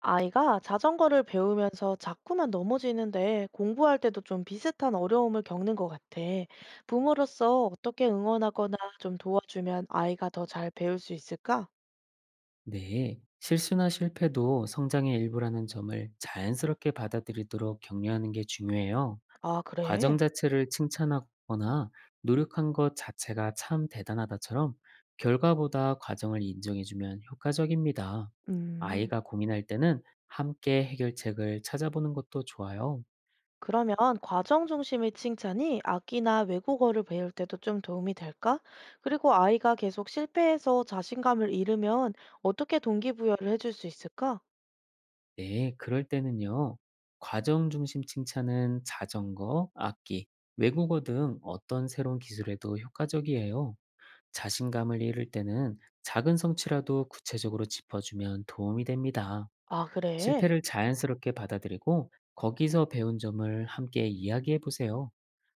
아이가 자전거를 배우면서 자꾸만 넘어지는데 공부할 때도 좀 비슷한 어려움을 겪는 것 같아. 부모로서 어떻게 응원하거나 좀 도와주면 아이가 더 잘 배울 수 있을까? 네, 실수나 실패도 성장의 일부라는 점을 자연스럽게 받아들이도록 격려하는 게 중요해요. 아, 과정 그래? 자체를 칭찬하거나 노력한 것 자체가 참 대단하다처럼 결과보다 과정을 인정해주면 효과적입니다. 음. 아이가 고민할 때는 함께 해결책을 찾아보는 것도 좋아요. 그러면 과정 중심의 칭찬이 악기나 외국어를 배울 때도 좀 도움이 될까? 그리고 아이가 계속 실패해서 자신감을 잃으면 어떻게 동기부여를 해줄 수 있을까? 네, 그럴 때는요. 과정 중심 칭찬은 자전거, 악기, 외국어 등 어떤 새로운 기술에도 효과적이에요. 자신감을 잃을 때는 작은 성취라도 구체적으로 짚어주면 도움이 됩니다. 아, 그래? 실패를 자연스럽게 받아들이고 거기서 배운 점을 함께 이야기해 보세요.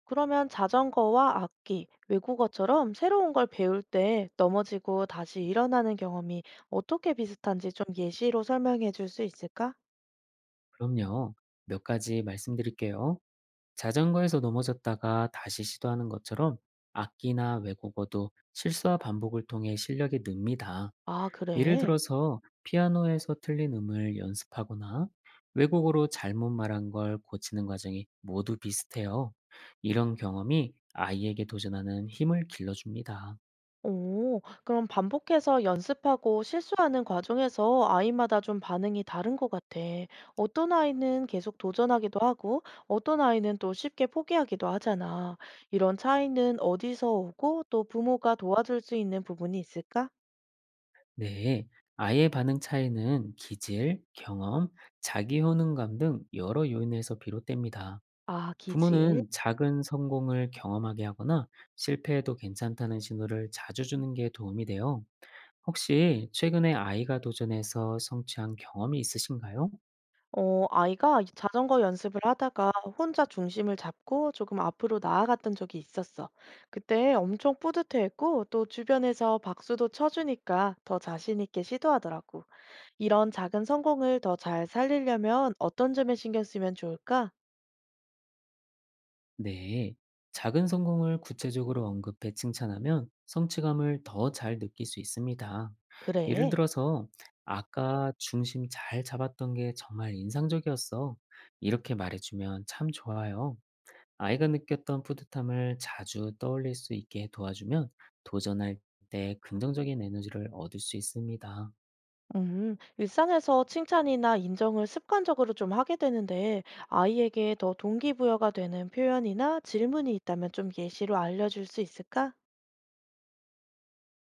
그러면 자전거와 악기, 외국어처럼 새로운 걸 배울 때 넘어지고 다시 일어나는 경험이 어떻게 비슷한지 좀 예시로 설명해 줄 수 있을까? 그럼요. 몇 가지 말씀드릴게요. 자전거에서 넘어졌다가 다시 시도하는 것처럼 악기나 외국어도 실수와 반복을 통해 실력이 늡니다. 아, 예를 그래? 들어서 피아노에서 틀린 음을 연습하거나 외국어로 잘못 말한 걸 고치는 과정이 모두 비슷해요. 이런 경험이 아이에게 도전하는 힘을 길러줍니다. 오, 그럼 반복해서 연습하고 실수하는 과정에서 아이마다 좀 반응이 다른 것 같아. 어떤 아이는 계속 도전하기도 하고, 어떤 아이는 또 쉽게 포기하기도 하잖아. 이런 차이는 어디서 오고 또 부모가 도와줄 수 있는 부분이 있을까? 네. 아이의 반응 차이는 기질, 경험, 자기 효능감 등 여러 요인에서 비롯됩니다. 아, 기질. 부모는 작은 성공을 경험하게 하거나 실패해도 괜찮다는 신호를 자주 주는 게 도움이 돼요. 혹시 최근에 아이가 도전해서 성취한 경험이 있으신가요? 어, 아이가 자전거 연습을 하다가 혼자 중심을 잡고 조금 앞으로 나아갔던 적이 있었어. 그때 엄청 뿌듯해했고 또 주변에서 박수도 쳐주니까 더 자신 있게 시도하더라고. 이런 작은 성공을 더 잘 살리려면 어떤 점에 신경 쓰면 좋을까? 네. 작은 성공을 구체적으로 언급해 칭찬하면 성취감을 더 잘 느낄 수 있습니다. 예를 그래. 들어서, 아까 중심 잘 잡았던 게 정말 인상적이었어. 이렇게 말해주면 참 좋아요. 아이가 느꼈던 뿌듯함을 자주 떠올릴 수 있게 도와주면 도전할 때 긍정적인 에너지를 얻을 수 있습니다. 일상에서 칭찬이나 인정을 습관적으로 좀 하게 되는데 아이에게 더 동기부여가 되는 표현이나 질문이 있다면 좀 예시로 알려줄 수 있을까?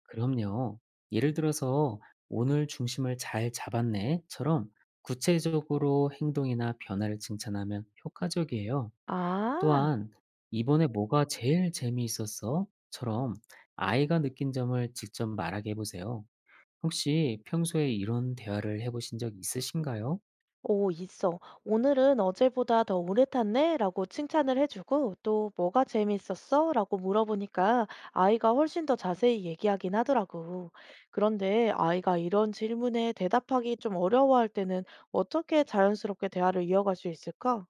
그럼요. 예를 들어서 오늘 중심을 잘 잡았네처럼 구체적으로 행동이나 변화를 칭찬하면 효과적이에요. 아. 또한 이번에 뭐가 제일 재미있었어처럼 아이가 느낀 점을 직접 말하게 해보세요. 혹시 평소에 이런 대화를 해보신 적 있으신가요? 오, 있어. 오늘은 어제보다 더 오래 탔네? 라고 칭찬을 해주고, 또 뭐가 재밌었어? 라고 물어보니까 아이가 훨씬 더 자세히 얘기하긴 하더라고. 그런데 아이가 이런 질문에 대답하기 좀 어려워할 때는 어떻게 자연스럽게 대화를 이어갈 수 있을까?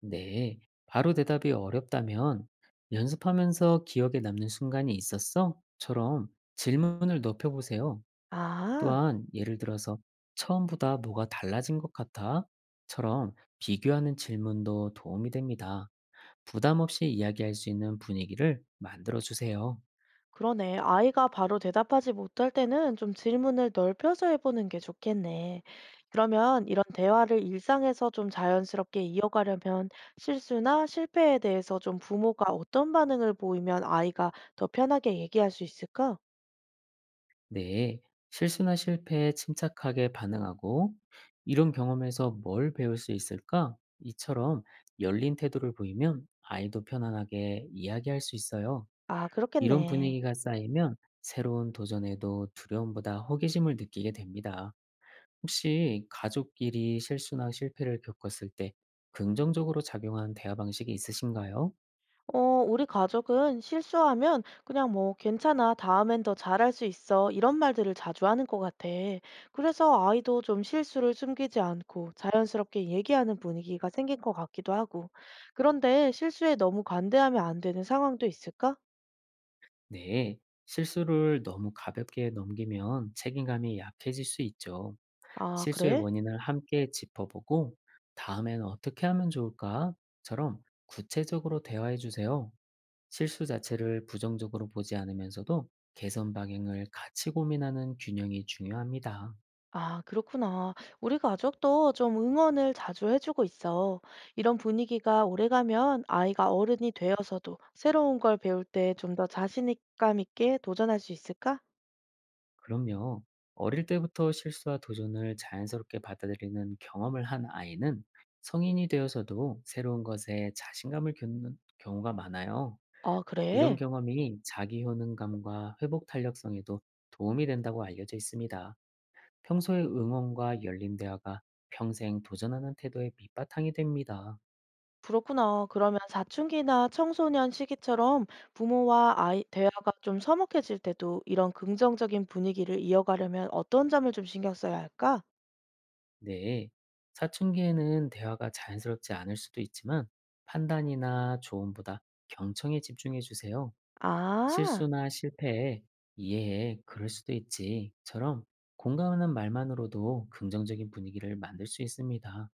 네. 바로 대답이 어렵다면 연습하면서 기억에 남는 순간이 있었어?처럼 질문을 높여보세요. 아. 또한 예를 들어서 "처음보다 뭐가 달라진 것 같아?"처럼 비교하는 질문도 도움이 됩니다. 부담 없이 이야기할 수 있는 분위기를 만들어 주세요. 그러네. 아이가 바로 대답하지 못할 때는 좀 질문을 넓혀서 해보는 게 좋겠네. 그러면 이런 대화를 일상에서 좀 자연스럽게 이어가려면 실수나 실패에 대해서 좀 부모가 어떤 반응을 보이면 아이가 더 편하게 얘기할 수 있을까? 네. 실수나 실패에 침착하게 반응하고 "이런 경험에서 뭘 배울 수 있을까?" 이처럼 열린 태도를 보이면 아이도 편안하게 이야기할 수 있어요. 아, 이런 그렇겠네. 분위기가 쌓이면 새로운 도전에도 두려움보다 호기심을 느끼게 됩니다. 혹시 가족끼리 실수나 실패를 겪었을 때 긍정적으로 작용한 대화 방식이 있으신가요? 어, 우리 가족은 실수하면 그냥 뭐 괜찮아, 다음엔 더 잘할 수 있어. 이런 말들을 자주 하는 것 같아. 그래서 아이도 좀 실수를 숨기지 않고 자연스럽게 얘기하는 분위기가 생긴 것 같기도 하고. 그런데 실수에 너무 관대하면 안 되는 상황도 있을까? 네. 실수를 너무 가볍게 넘기면 책임감이 약해질 수 있죠. 아, 실수의 그래? 원인을 함께 짚어보고 다음엔 어떻게 하면 좋을까?처럼 구체적으로 대화해 주세요. 실수 자체를 부정적으로 보지 않으면서도 개선 방향을 같이 고민하는 균형이 중요합니다. 아, 그렇구나. 우리 가족도 좀 응원을 자주 해주고 있어. 이런 분위기가 오래가면 아이가 어른이 되어서도 새로운 걸 배울 때 좀 더 자신감 있게 도전할 수 있을까? 그럼요. 어릴 때부터 실수와 도전을 자연스럽게 받아들이는 경험을 한 아이는 성인이 되어서도 새로운 것에 자신감을 겪는 경우가 많아요. 아, 이런 그래? 경험이 자기 효능감과 회복 탄력성에도 도움이 된다고 알려져 있습니다. 평소의 응원과 열린 대화가 평생 도전하는 태도의 밑바탕이 됩니다. 그렇구나. 그러면 사춘기나 청소년 시기처럼 부모와 아이 대화가 좀 서먹해질 때도 이런 긍정적인 분위기를 이어가려면 어떤 점을 좀 신경 써야 할까? 네. 사춘기에는 대화가 자연스럽지 않을 수도 있지만 판단이나 조언보다 경청에 집중해 주세요. 아, 실수나 실패에 이해해, 그럴 수도 있지.처럼 공감하는 말만으로도 긍정적인 분위기를 만들 수 있습니다.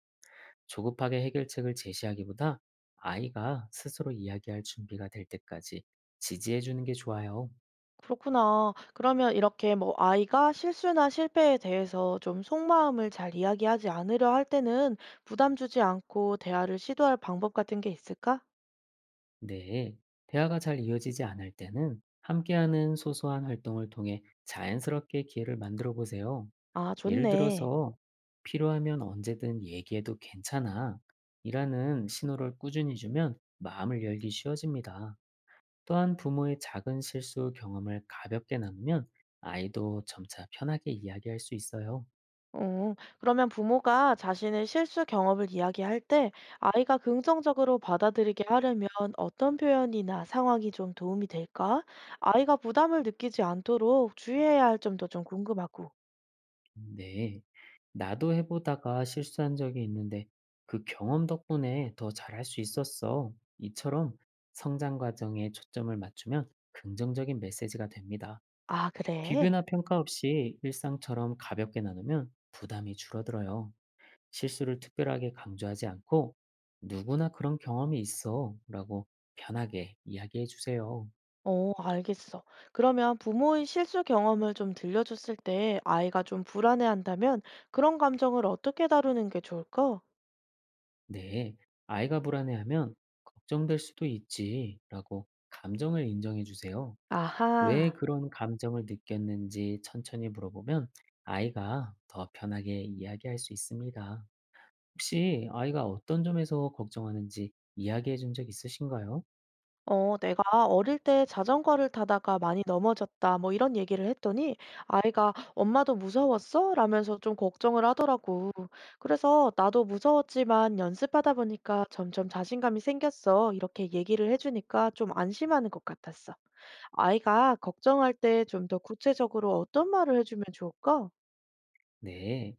조급하게 해결책을 제시하기보다 아이가 스스로 이야기할 준비가 될 때까지 지지해 주는 게 좋아요. 그렇구나. 그러면 이렇게 뭐 아이가 실수나 실패에 대해서 좀 속마음을 잘 이야기하지 않으려 할 때는 부담 주지 않고 대화를 시도할 방법 같은 게 있을까? 네. 대화가 잘 이어지지 않을 때는 함께하는 소소한 활동을 통해 자연스럽게 기회를 만들어 보세요. 아, 예를 좋네. 들어서 필요하면 언제든 얘기해도 괜찮아. 이라는 신호를 꾸준히 주면 마음을 열기 쉬워집니다. 또한 부모의 작은 실수 경험을 가볍게 나누면 아이도 점차 편하게 이야기할 수 있어요. 어, 그러면 부모가 자신의 실수 경험을 이야기할 때 아이가 긍정적으로 받아들이게 하려면 어떤 표현이나 상황이 좀 도움이 될까? 아이가 부담을 느끼지 않도록 주의해야 할 점도 좀 궁금하고. 네. 나도 해보다가 실수한 적이 있는데 그 경험 덕분에 더 잘할 수 있었어. 이처럼 성장 과정에 초점을 맞추면 긍정적인 메시지가 됩니다. 아, 그래? 비교나 평가 없이 일상처럼 가볍게 나누면 부담이 줄어들어요. 실수를 특별하게 강조하지 않고 누구나 그런 경험이 있어 라고 편하게 이야기해 주세요. 어, 알겠어. 그러면 부모의 실수 경험을 좀 들려줬을 때 아이가 좀 불안해한다면 그런 감정을 어떻게 다루는 게 좋을까? 네, 아이가 불안해하면 걱정될 수도 있지 라고 감정을 인정해 주세요. 왜 아하. 그런 감정을 느꼈는지 천천히 물어보면 아이가 더 편하게 이야기할 수 있습니다. 혹시 아이가 어떤 점에서 걱정하는지 이야기해 준 적 있으신가요? 어, 내가 어릴 때 자전거를 타다가 많이 넘어졌다, 뭐 이런 얘기를 했더니 아이가 엄마도 무서웠어? 라면서 좀 걱정을 하더라고. 그래서 나도 무서웠지만 연습하다 보니까 점점 자신감이 생겼어. 이렇게 얘기를 해주니까 좀 안심하는 것 같았어. 아이가 걱정할 때 좀 더 구체적으로 어떤 말을 해주면 좋을까? 네,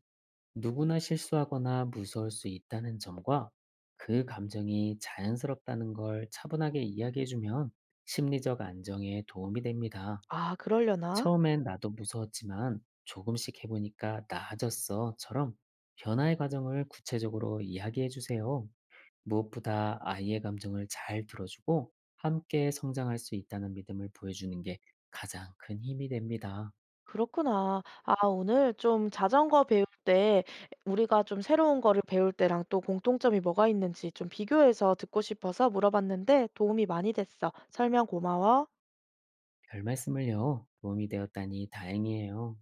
누구나 실수하거나 무서울 수 있다는 점과 그 감정이 자연스럽다는 걸 차분하게 이야기해주면 심리적 안정에 도움이 됩니다. 아, 그러려나? 처음엔 나도 무서웠지만 조금씩 해보니까 나아졌어처럼 변화의 과정을 구체적으로 이야기해주세요. 무엇보다 아이의 감정을 잘 들어주고 함께 성장할 수 있다는 믿음을 보여주는 게 가장 큰 힘이 됩니다. 그렇구나. 아, 오늘 좀 자전거 배울 때 우리가 좀 새로운 거를 배울 때랑 또 공통점이 뭐가 있는지 좀 비교해서 듣고 싶어서 물어봤는데 도움이 많이 됐어. 설명 고마워. 별 말씀을요. 도움이 되었다니 다행이에요.